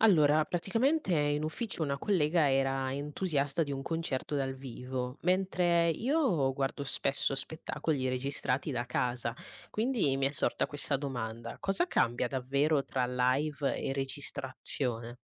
Allora, praticamente in ufficio una collega era entusiasta di un concerto dal vivo, mentre io guardo spesso spettacoli registrati da casa, quindi mi è sorta questa domanda: cosa cambia davvero tra live e registrazione?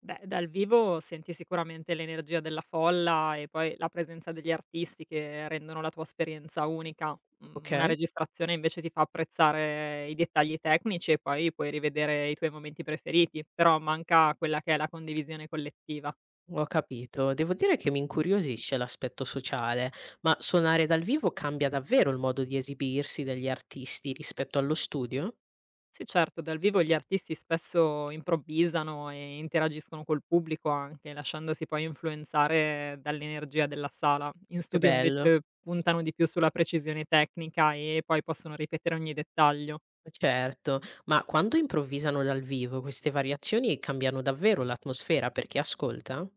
Beh, dal vivo senti sicuramente l'energia della folla e poi la presenza degli artisti che rendono la tua esperienza unica. Mhmm, una Ok, registrazione invece ti fa apprezzare i dettagli tecnici e poi puoi rivedere i tuoi momenti preferiti, però manca quella che è la condivisione collettiva. ho capito. Devo dire che mi incuriosisce l'aspetto sociale, ma suonare dal vivo cambia davvero il modo di esibirsi degli artisti rispetto allo studio? Sì certo, dal vivo gli artisti spesso improvvisano e interagiscono col pubblico anche, lasciandosi poi influenzare dall'energia della sala. In Che studio bello. invece puntano di più sulla precisione tecnica e poi possono ripetere ogni dettaglio. Certo, ma quando improvvisano dal vivo queste variazioni cambiano davvero l'atmosfera per chi ascolta?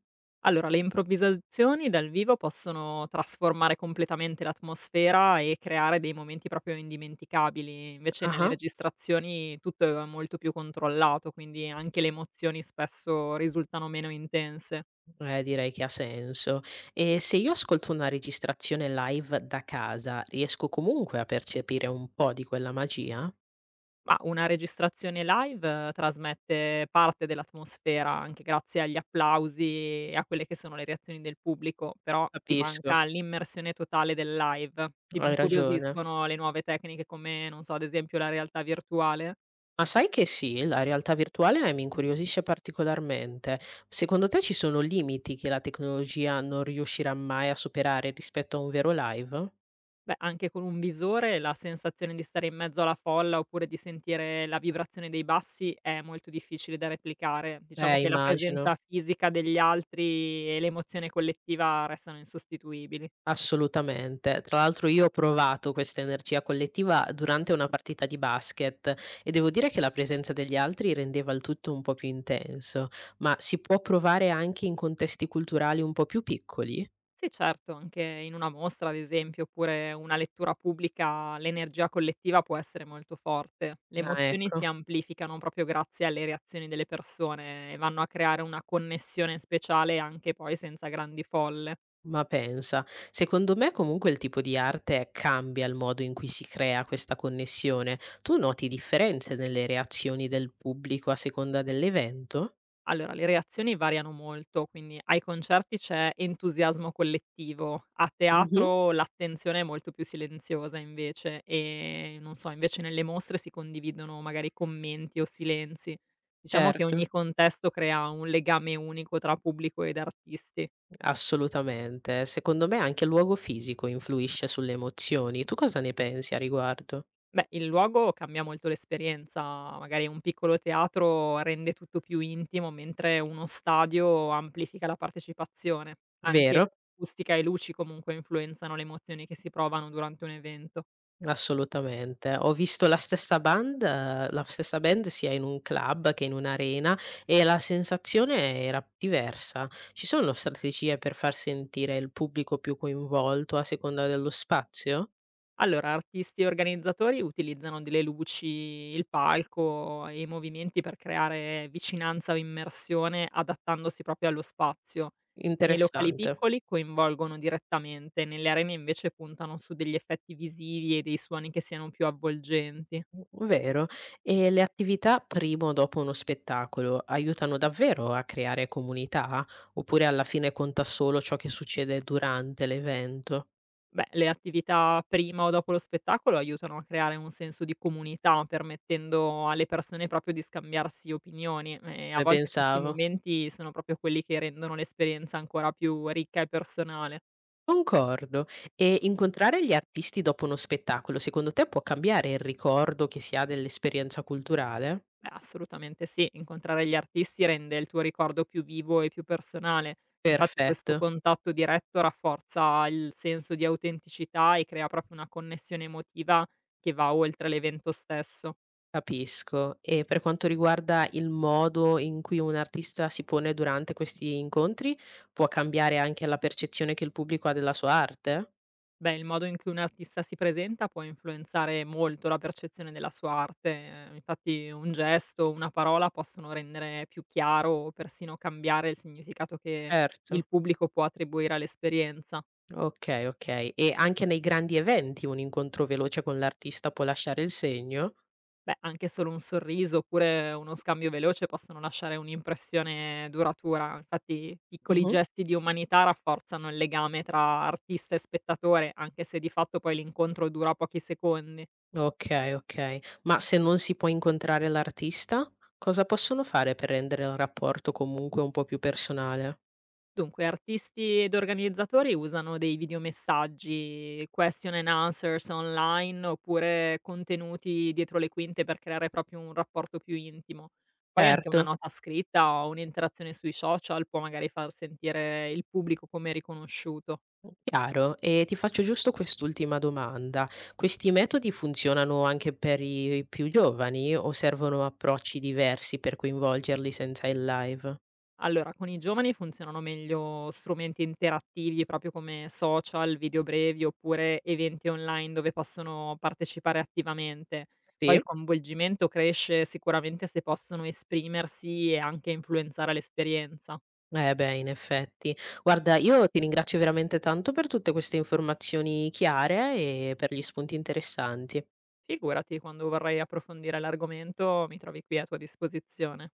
Allora, le improvvisazioni dal vivo possono trasformare completamente l'atmosfera e creare dei momenti proprio indimenticabili. Invece nelle Ah, registrazioni tutto è molto più controllato, quindi anche le emozioni spesso risultano meno intense. eh, direi che ha senso. E se io ascolto una registrazione live da casa, riesco comunque a percepire un po' di quella magia? Ma una registrazione live trasmette parte dell'atmosfera anche grazie agli applausi e a quelle che sono le reazioni del pubblico, però ti Capisco, manca l'immersione totale del live. Ti hai ragione. incuriosiscono le nuove tecniche come, non so, ad esempio la realtà virtuale? Ma sai che sì, la realtà virtuale mi incuriosisce particolarmente. Secondo te ci sono limiti che la tecnologia non riuscirà mai a superare rispetto a un vero live? Beh, anche con un visore la sensazione di stare in mezzo alla folla oppure di sentire la vibrazione dei bassi è molto difficile da replicare. Diciamo che la Immagino. presenza fisica degli altri e l'emozione collettiva restano insostituibili. Assolutamente. Tra l'altro io ho provato questa energia collettiva durante una partita di basket e devo dire che la presenza degli altri rendeva il tutto un po' più intenso, ma si può provare anche in contesti culturali un po' più piccoli? Sì, certo, anche in una mostra, ad esempio, oppure una lettura pubblica, l'energia collettiva può essere molto forte. Le Ah, emozioni si ecco, amplificano proprio grazie alle reazioni delle persone e vanno a creare una connessione speciale anche poi senza grandi folle. ma pensa. Secondo me comunque il tipo di arte cambia il modo in cui si crea questa connessione. Tu noti differenze nelle reazioni del pubblico a seconda dell'evento? Allora, le reazioni variano molto, quindi ai concerti c'è entusiasmo collettivo, a Mhm, teatro l'attenzione è molto più silenziosa invece e non so, invece nelle mostre si condividono magari commenti o silenzi. Diciamo che certo. ogni contesto crea un legame unico tra pubblico ed artisti. Assolutamente. Secondo me anche il luogo fisico influisce sulle emozioni. Tu cosa ne pensi a riguardo? Beh, il luogo cambia molto l'esperienza, magari un piccolo teatro rende tutto più intimo, mentre uno stadio amplifica la partecipazione. Anche Vero? acustica e luci comunque influenzano le emozioni che si provano durante un evento. Assolutamente. Ho visto la stessa band sia in un club che in un'arena e la sensazione era diversa. Ci sono strategie per far sentire il pubblico più coinvolto a seconda dello spazio? Allora, artisti e organizzatori utilizzano delle luci, il palco e i movimenti per creare vicinanza o immersione adattandosi proprio allo spazio. Nei locali Interessante. piccoli coinvolgono direttamente, nelle arene invece puntano su degli effetti visivi e dei suoni che siano più avvolgenti. Vero. E le attività prima o dopo uno spettacolo aiutano davvero a creare comunità? Oppure alla fine conta solo ciò che succede durante l'evento? Beh, le attività prima o dopo lo spettacolo aiutano a creare un senso di comunità, permettendo alle persone proprio di scambiarsi opinioni e a Come volte questi pensavo? momenti sono proprio quelli che rendono l'esperienza ancora più ricca e personale. Concordo. E incontrare gli artisti dopo uno spettacolo, secondo te può cambiare il ricordo che si ha dell'esperienza culturale? Beh, assolutamente sì, incontrare gli artisti rende il tuo ricordo più vivo e più personale. Infatti questo Perfetto. contatto diretto rafforza il senso di autenticità e crea proprio una connessione emotiva che va oltre l'evento stesso. Capisco. E per quanto riguarda il modo in cui un artista si pone durante questi incontri, può cambiare anche la percezione che il pubblico ha della sua arte? Beh, il modo in cui un artista si presenta può influenzare molto la percezione della sua arte, infatti un gesto, una parola possono rendere più chiaro o persino cambiare il significato che il Certo. pubblico può attribuire all'esperienza. Okay, okay. E anche nei grandi eventi un incontro veloce con l'artista può lasciare il segno? Beh, anche solo un sorriso oppure uno scambio veloce possono lasciare un'impressione duratura, infatti piccoli Mh-mh. gesti di umanità rafforzano il legame tra artista e spettatore, anche se di fatto poi l'incontro dura pochi secondi. Okay, okay. Ma se non si può incontrare l'artista, cosa possono fare per rendere il rapporto comunque un po' più personale? Dunque, artisti ed organizzatori usano dei videomessaggi, question and answers online oppure contenuti dietro le quinte per creare proprio un rapporto più intimo. Poi anche una Certo. nota scritta o un'interazione sui social può magari far sentire il pubblico come riconosciuto. Chiaro, e ti faccio giusto quest'ultima domanda. Questi metodi funzionano anche per i più giovani o servono approcci diversi per coinvolgerli senza il live? Allora, con i giovani funzionano meglio strumenti interattivi, proprio come social, video brevi oppure eventi online dove possono partecipare attivamente. Poi Sì? il coinvolgimento cresce sicuramente se possono esprimersi e anche influenzare l'esperienza. Eh beh, in effetti. Guarda, io ti ringrazio veramente tanto per tutte queste informazioni chiare e per gli spunti interessanti. Figurati, quando vorrai approfondire l'argomento mi trovi qui a tua disposizione.